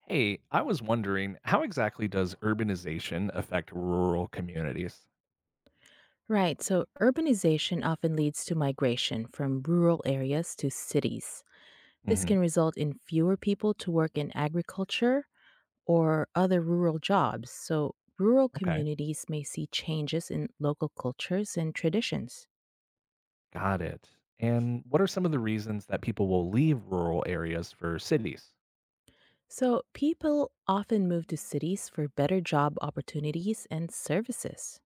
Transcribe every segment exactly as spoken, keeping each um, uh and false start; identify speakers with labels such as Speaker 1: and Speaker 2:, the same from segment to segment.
Speaker 1: Hey, I was wondering, how exactly does urbanization affect rural communities?
Speaker 2: Right. So urbanization often leads to migration from rural areas to cities. This
Speaker 1: Hmm.
Speaker 2: can result in fewer people to work in agriculture or other rural jobs. So rural
Speaker 1: Okay,
Speaker 2: communities may see changes in local cultures and traditions.
Speaker 1: got it. And what are some of the reasons that people will leave rural areas for cities?
Speaker 2: So people often move to cities for better job opportunities and services.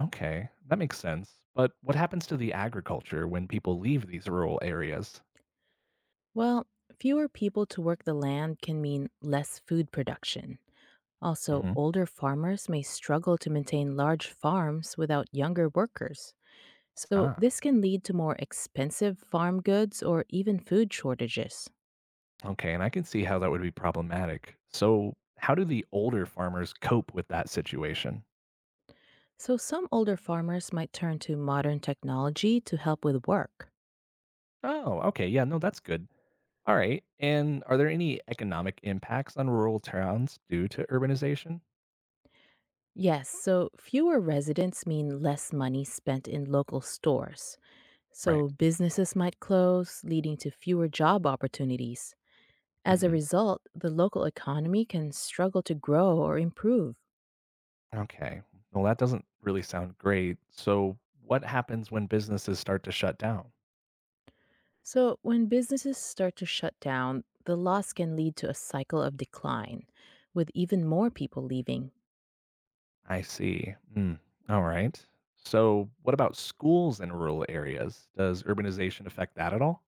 Speaker 1: Okay, that makes sense. But what happens to the agriculture when people leave these rural areas?
Speaker 2: Well, fewer people to work the land can mean less food production. Also,
Speaker 1: Hmm.
Speaker 2: older farmers may struggle to maintain large farms without younger workers. So,
Speaker 1: Ah,
Speaker 2: this can lead to more expensive farm goods or even food shortages.
Speaker 1: okay, and I can see how that would be problematic. So, how do the older farmers cope with that situation?
Speaker 2: So, some older farmers might turn to modern technology to help with work.
Speaker 1: Oh, okay, yeah, no, that's good. All right. And are there any economic impacts on rural towns due to urbanization?
Speaker 2: Yes, so fewer residents mean less money spent in local stores.
Speaker 1: Right.
Speaker 2: So, businesses might close, leading to fewer job opportunities. As a
Speaker 1: Hmm.
Speaker 2: result, the local economy can struggle to grow or improve.
Speaker 1: Okay. Well, that doesn't really sound great. So, what happens when businesses start to shut down?
Speaker 2: So, when businesses start to shut down, the loss can lead to a cycle of decline, with even more people leaving.
Speaker 1: I see. Mm. All right. So, what about schools in rural areas? Does urbanization affect that at all?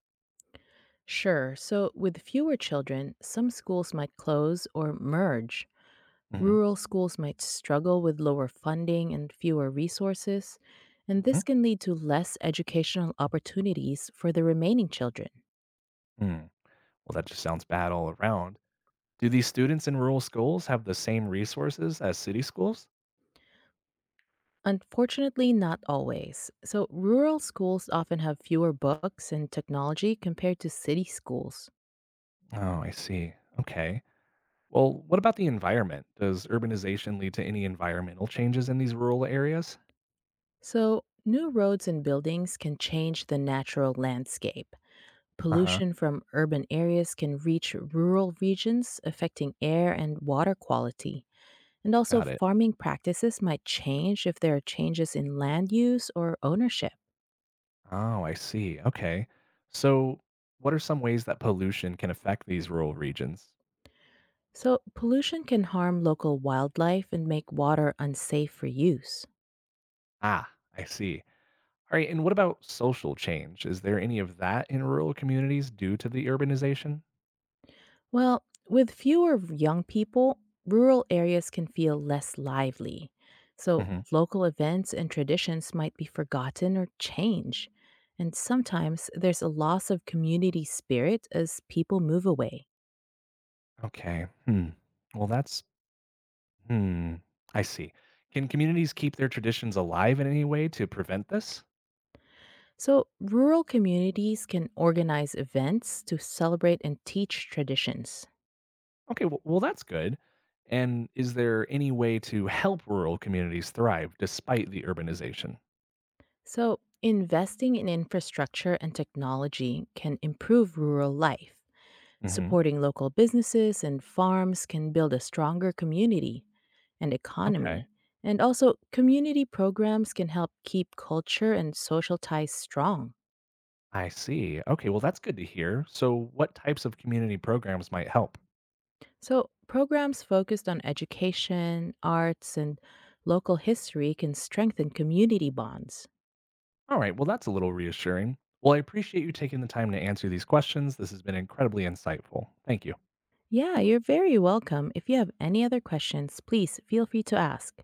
Speaker 2: Sure, so with fewer children, some schools might close or merge.
Speaker 1: Hmm.
Speaker 2: Rural schools might struggle with lower funding and fewer resources, and
Speaker 1: Hmm.
Speaker 2: this can lead to less educational opportunities for the remaining children.
Speaker 1: Mm. Well, that just sounds bad all around. Do these students in rural schools have the same resources as city schools?
Speaker 2: Unfortunately, not always. So, rural schools often have fewer books and technology compared to city schools.
Speaker 1: Oh, I see. Okay. Well, what about the environment? Does urbanization lead to any environmental changes in these rural areas?
Speaker 2: So, new roads and buildings can change the natural landscape.
Speaker 1: Uh huh.
Speaker 2: Pollution from urban areas can reach rural regions, affecting air and water quality. And also,
Speaker 1: Got it.
Speaker 2: farming practices might change if there are changes in land use or ownership.
Speaker 1: Oh, I see. Okay. So, what are some ways that pollution can affect these rural regions?
Speaker 2: So, pollution can harm local wildlife and make water unsafe for use.
Speaker 1: Ah, I see. All right. And what about social change? Is there any of that in rural communities due to the urbanization?
Speaker 2: Well, with fewer young people, rural areas can feel less lively. So,
Speaker 1: Hmm.
Speaker 2: local events and traditions might be forgotten or change. And sometimes there's a loss of community spirit as people move away.
Speaker 1: Okay. Hmm. Well, that's, hmm. I see. Can communities keep their traditions alive in any way to prevent this?
Speaker 2: So, rural communities can organize events to celebrate and teach traditions.
Speaker 1: Okay, well, well, that's good. And is there any way to help rural communities thrive despite the urbanization?
Speaker 2: So, investing in infrastructure and technology can improve rural life.
Speaker 1: Hmm.
Speaker 2: Supporting local businesses and farms can build a stronger community and
Speaker 1: Okay,
Speaker 2: economy. And also, community programs can help keep culture and social ties strong.
Speaker 1: I see. Okay, well, that's good to hear. So, what types of community programs might help?
Speaker 2: So, programs focused on education, arts, and local history can strengthen community bonds.
Speaker 1: All right, well, that's a little reassuring. Well, I appreciate you taking the time to answer these questions. This has been incredibly insightful. Thank you.
Speaker 2: Yeah, you're very welcome. If you have any other questions, please feel free to ask.